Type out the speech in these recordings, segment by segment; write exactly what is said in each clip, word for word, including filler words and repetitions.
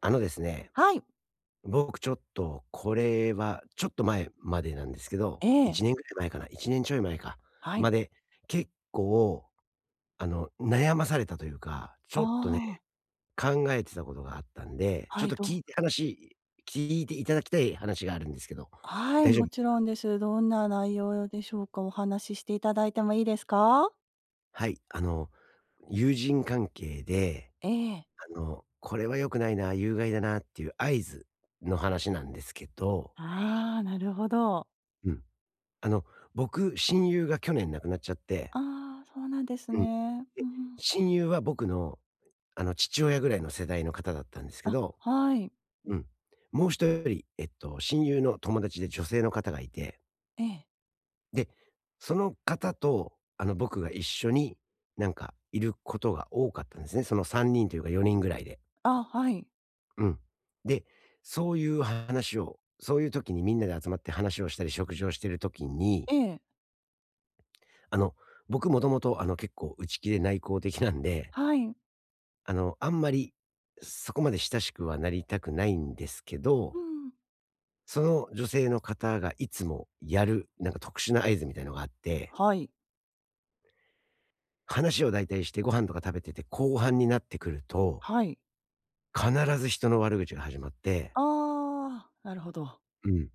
あのですね、はい。僕ちょっとこれはちょっと前までなんですけど、ええ、いちねんぐらい前かな、いちねんちょい前か、はい。まで、結構、あの、悩まされたというか、ちあょっとね、あ、考えてたことがあったんで、ちょはっい、とど聞ういて話聞いていただきたい話があるんですけど、はい、大丈夫もでちす。ろんです。どんな内容でしょうか？お話ししていただいてもいいですか？はい、あの、友人関係で、ええ。あの、これは良くないな、有害だなっていう合図の話なんですけど、ああ、なるほど。うん。あの、僕、親友が去年亡くなっちゃって。ああ、そうなんですうん。ね。で、うん。親友は僕の、あの、父親ぐらいの世代の方だったんですけあ、ど、はい。うん。もう一人、えっと、親友の友達で女性の方がいて、ええ。で、その方と、あの、僕が一緒に、なんか、いることが多かったんですね。そのさんにんというかよにんぐらいで。あ、はい。うん。で、そういう話を、そういう時にみんなで集まって話をしたり食事をしてる時に、ええ、あの、僕もともと、あの、結構内気で内向的なんではい。あの、あんまり、そこまで親しくはなりたくないんですけうど、ん。その女性の方がいつもやる、なんか特殊な合図みたいのがあって、はい、話を大体してご飯とか食べてて、後半になってくると、はい。必ず人の悪口が始まって、ああ、なるほど。うん。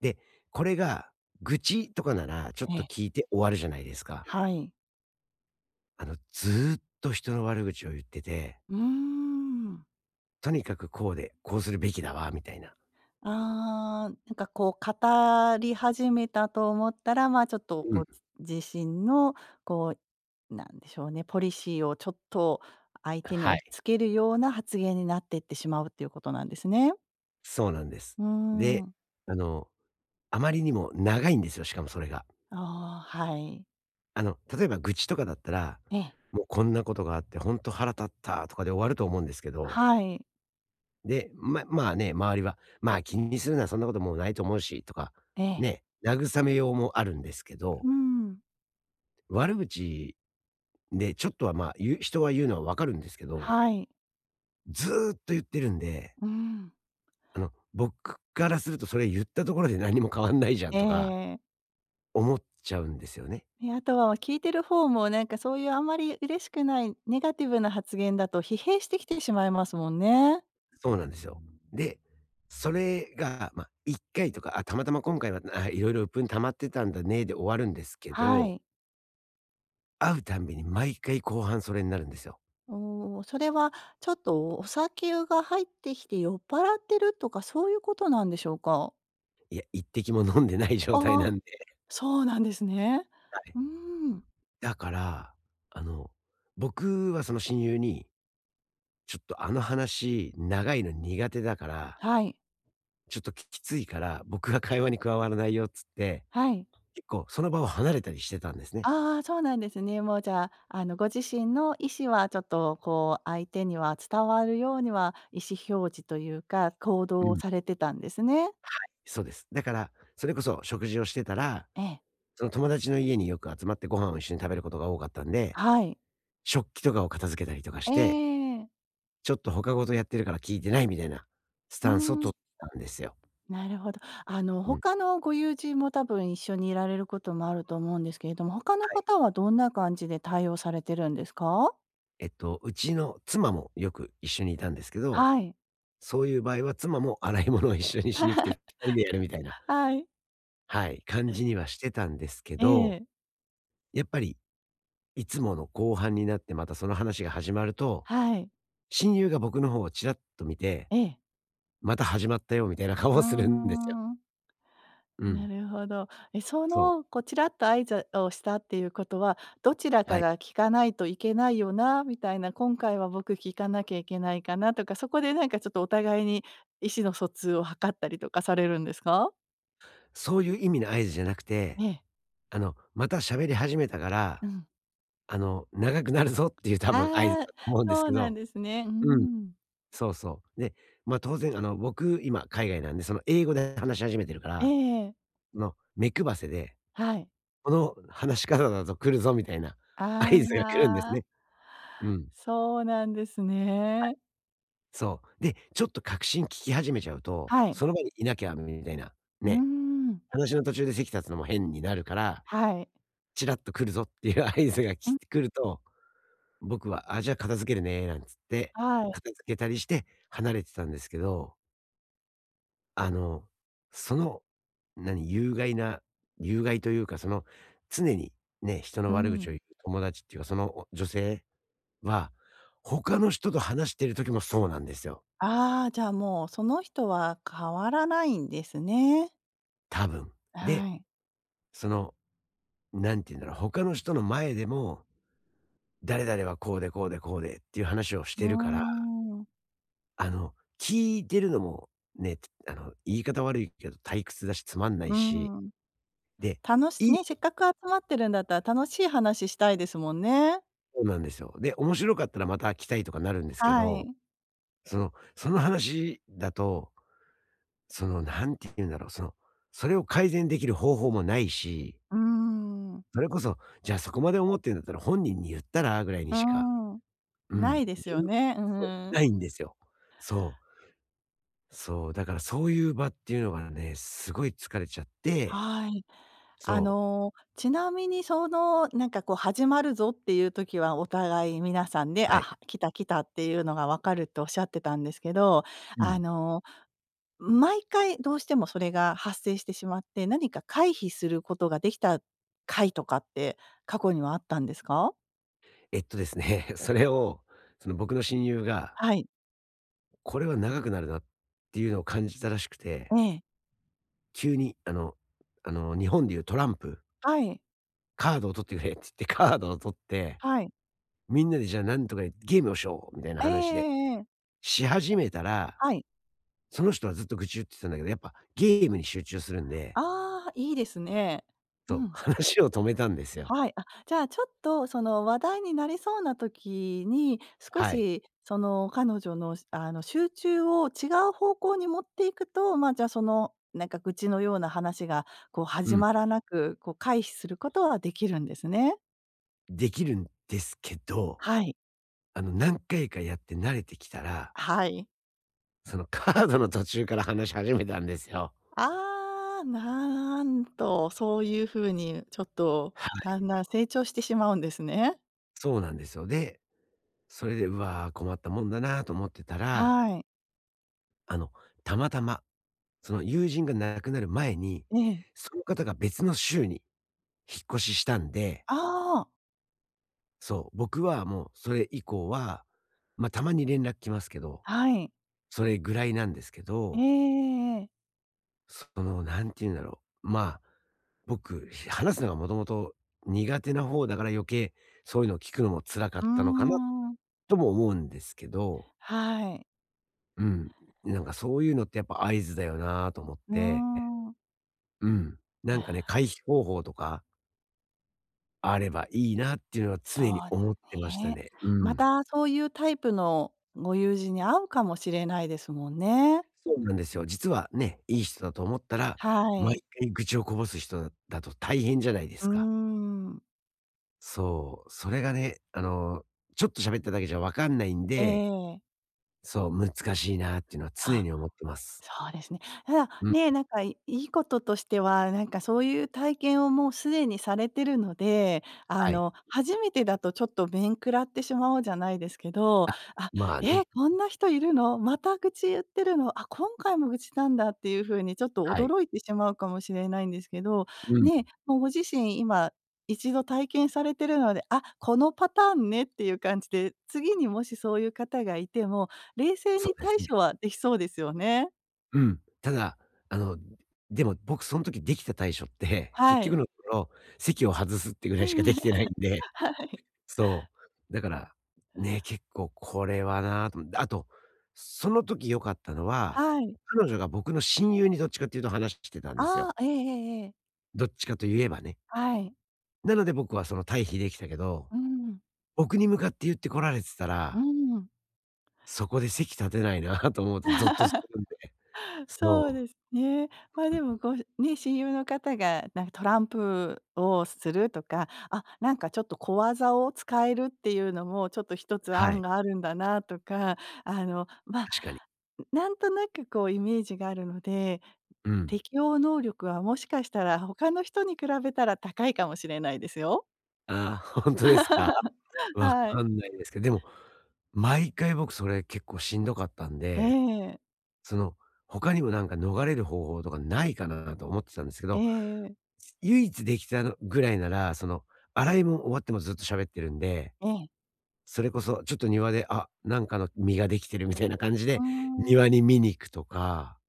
で、これが愚痴とかなら、ちょっえとえ、聞いて終わるじゃないですか。はい。あの、ずーっと人の悪口を言ってて、うーん。とにかくこうで、こうするべきだわ、みたいな。ああ、なんかこう語り始めたと思ったら、まあ、ちょっとうこん。う、自身のこう、なんでしょうね、ポリシーをちょっと相手には押しい。付けるような発言になってってしまうっていうことなんですね。そうなんです。うーで、ん。あの、あまりにも長いんですよ、しかもそれが。あー、はい。あの、例えば愚痴とかだったら、ええ。もうこんなことがあって本当腹立ったとかで終わると思うんですけど、はい。で、ままあね、周りは、まあ気にするな、そんなこともうないと思うしとか、ええ。ね、慰めようもあるんですけど、うん。悪口でちょっとはまあ言う、人は言うのはわかるんですけど、はい。ずーっと言ってるんで、うん。あの、僕からするとそれ言ったところで何も変わんないじゃんえとかえ。ね。思っちゃうんですよね。あとは聞いてる方もなんかそういうあんまり嬉しくないネガティブな発言だと疲弊してきてしまいますもんね。そうなんですよ。で、それが、まあ、いっかいとか、あ、たまたま今回は、あ、いろいろ鬱憤溜まってたんだねで終わるんですけはど、い。会うたんびに毎回後半それになるんですよ。おお、それはちょっとお酒が入ってきて酔っ払ってるとかそういうことなんでしょうか？いや、一滴も飲んでない状態ああ、なんで。そうなんですね。はい。うーん、だから、あの、僕はその親友に、ちょっとあの話長いの苦手だから、はい、ちょっとききついから、僕が会話に加わらないよっつって、はい。結構その場を離れたりしてたんですね。ああ、そうなんですね。もうじゃあ、あの、ご自身の意思はちょっとこう相手には伝わるようには意思表示というか、行動うをん、されてたんですね。そうです。だから、それこそ食事をしてたらええ、その友達の家によく集まってご飯を一緒に食べることが多かったんで、はい。食器とかを片付けたりとかえして、え、ちょっと他事やってるから聞いてないみたいなスうタンスをーん。取ったんですよ。なるほど。あの、うん。他のご友人も多分一緒にいられることもあると思うんですけれども、他のはい。方はどんな感じで対応されてるんですか？えっと、うちの妻もよく一緒にいたんですけど、はい。そういう場合は妻も洗い物を一緒にしに来てふたりでやるみたいな、はい。はい、感じにはしてたんですけえど、え。やっぱりいつもの後半になってまたその話が始まると、はい。親友が僕の方をちらっと見て、ええ。また始まったよみたいな顔うーをするんですよ。ん、うん。なるほど。え、そそう。の、こうちらっとあいざをしたっていうことは、どちらかはい。が聞かないといけないよなみたいな、今回は僕聞かなきゃいけないかなとか、そこでなんかちょっとお互いに意思の疎通を図ったりとかされるんですか？そういう意味の合図じゃなくて、ええ、あの、また喋り始めたから、うん。あの、長くなるぞっていう多あ分合図だとあ、思うんですそうけなんど。ですね。うーうん、ん。そうそう。で、ま、当然あの、僕今海外なんで、その英語で話し始めてるかえら、え、その目配せで、はい。この話し方だと来るぞみたいな合あ図が来るんですあ、ね。うん。そうなんですはい、ね。そう。で、ちょっと確信聞き始めちゃうと、はい。その場にいなきゃみたいな、うーね、ん。話の途中で席立つのも変になるから、はい。チラッと来るぞっていう合図がうき来ん、てくると僕は、あ、じゃあ片付けるね、なんつって、はい。片付けたりして離れてたんですけど、あの、その、何、有害な有害というか、その、常にね、人のう悪口をん。言う友達っていうか、その女性は、他の人と話してる時もそうなんですよ、ああ、じゃあ、もうその人は変わらないんですね。多分。はで、い。その、何て言うんだろう、他の人の前でも、誰々はこうでこうでこうでっていう話をしうーてるからん。あの、聞いてるのも、ね、あの、言い方悪いけど退屈だしつまんないうーし、ん。で、楽しいいね、せこっかく集まってるんだったら楽しい話したいですもんね。となんですよ。で、面白かったらまた来たいとかなるんですけはど、い。その、その話だと、その、何て言うんだろう、その、それを改善できる方法もないし、うーん。それこそ、じゃあそこまで思ってんだったら本人に言ったらぐらいうにしか、ーん。うなん、いです言うよね。うそう、ーん。ないんですよ。そう、そう、だからそういう場っていうのがね、すごい疲れちゃって、はい。あその、ちなみにその、なんかこう始まるぞっていう時はお互い皆さんで、う、はい、あ、来た来たっていうのが分かるっておっしゃってたんですけど、うあん。の、毎回どうしてもそれが発生してしまって、何か回避することができた回とかって過去にはあったんですか？えっとですね、それを、その僕の親友が、はい。これは長くなるなっていうのを感じたらしくて、ええ。急にあの、あの、日本でいうトランプ、はい。カードを取ってくれって言ってカードを取って、はい。みんなでじゃあなんとかゲームをしようみたいなえええ話で、えええ。し始めたら、はい。その人はずっと愚痴言ってたんだけど、やっぱゲームに集中するんで、ああ、いいですね。うそう、ん。話を止めたんですよ。はい、あ、じゃあちょっとその話題になりそうな時に、少はい。しその彼女の、しあの、集中を違う方向に持っていくと、まあ、じゃあそのなんか愚痴のような話がこうう始ん。まらなく、こう回避することはできるんですね。できるんですけど、はい。あの何回かやって慣れてきたら、はい。そのカードの途中から話し始めたんですよ。ああ、なんと、そういう風にちょっとはだい、んだん成長してしまうんですね。そうなんですよ。で、それで、うわー、困ったもんだなと思ってたら、はい。あの、たまたま、その友人が亡くなる前に、ええ。その方が別の州に引っ越ししたんで、ああ、そう、僕はもうそれ以降は、ま、たまに連絡来ますけど、はい。それぐらいなんですけえええどえええ。その、何て言うんだろう、まあ、僕、話すのがもともと苦手な方だから余計、そういうのを聞くのも辛かっうーたのかなん。とも思うんですけど、はい。うん、なんかそういうのってやっぱ合図だよなと思っうーて、ん。うん、なんかね、あ、回避方法とかあればいいなっていうのはそ常にうです思ってましたね。ね。うまん。たそういうタイプのご友人に会うかもしれないですもんね。そうなんですよ。実はね、いい人だと思ったら、は毎い。回愚痴をこぼす人だだと大変じゃないでうーすか。ん。そう、それがね、あの、ちょっと喋っただけじゃわかんないんえで、え。そう、難しいなっていうのは常あ、に思ってます。そうですね。ただ、うん、ね、なんか、いいいこととしては、なんかそういう体験をもうすでにされてるので、あはい。の、初めてだとちょっと面食らってしまおうじゃないですけど、あ、まあえ、ね、こんな人いるの？また愚痴言ってるの？あ、今回も愚痴なんだっていう風にちょっとはい。驚いてしまうかもしれないんですけど、うん、ね、もうご自身今一度体験されてるので、あ、このパターンねっていう感じで、次にもしそういう方がいても、冷静そにうです対ね。処はできそうですよね。うん。ただ、あの、でも僕その時できた対処って、結はい。局のところ、席を外すってぐうらいしかでん、きてないんで、はい。そう、だから、ね、結構これはなと思って、あと、その時良かったのは、はい。彼女が僕の親友にどっちかっていうと話してたんですあよ。あ、ええええええ。どっちかと言えばね。はい。なので僕はその退避できたけど、うん、僕に向かって言ってこられてたうら、ん。そこで席立てないな と思うとゾッとするんで。そうそですね。ま、う。うでん。も、ごね、親友の方が、なんかトランプをするとか、あ、なんかちょっと小技を使えるっていうのも、ちょっと一つは案い、があるんだなとか、あの、まあ、確かに。なんとなくこうイメージがあるので、うん。適応能力はもしかしたら他の人に比べたら高いかもしれないですよ。ああ、ほですか？わはかい。んないですけど、でも、毎回僕それ結構しんどかったんえで、え。その、他にもなんか逃れる方法とかないかなと思ってたんですけえど、えええ。唯一できたのぐらいなら、その洗いも終わってもずっと喋ってるんでそれこそちょっと庭で、あ、なんかの実ができてるみたいな感じうーで、ん。庭に見に行くとか、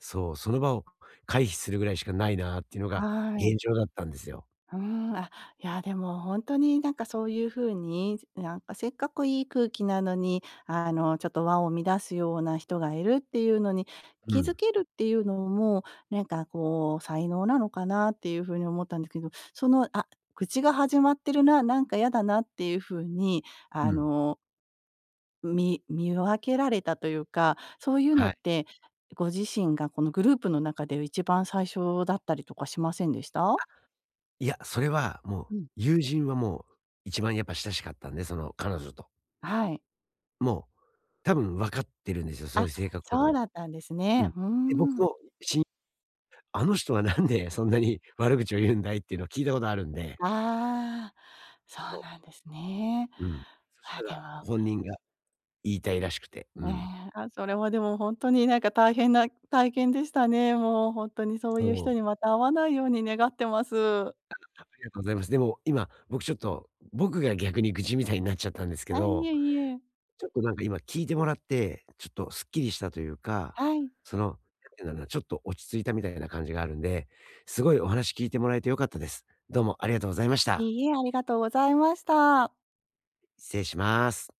そう、その場を回避するぐらいしかないなっていうのがは現い。状だったんですよ。うーん、あ、いや、でもほんとになんかそういう風に、なんかせっかくいい空気なのに、あの、ちょっと和を乱すような人がいるっていうのにう気づん。けるっていうのも、なんかこう才能なのかなっていう風に思ったんですけど、その、あ、愚痴が始まってるな、なんか嫌だなっていう風に、あうん。の、見見分けられたというか、そういうのはっい。て、ご自身がこのグループの中で一番最初だったりとかしませんでした？いや、それはもう、うん。友人はもう一番やっぱ親しかったんで、その彼女と。はい、もう多分分かってるんですよ、そういう性格とかそうも。だったんですうね。ん。うーで、僕ん。もしあの人はなんでそんなに悪口を言うんだいっていうのを聞いたことあるんで、ああ、そうそなんですね。う、うん。そしあ、たでらも、本人が言いたいらしくて、うええ、ん。あ、それはでもほんとになんか大変な体験でしたね。もうほんとにそういうそう、あ人にまた会わないように願ってます。りがとうございます。でも、今、僕ちょっと、僕が逆に愚痴みたいになっちゃったんですけあ、いど、えいえ。ちょっとなんか今聞いてもらって、ちょっとすっきりしたというか、はい。その、なんていうんだろうな、ちょっと落ち着いたみたいな感じがあるんで、すごいお話聞いてもらえて良かったです。どうもありがとうございました。いいえ、ありがとうございました。失礼します。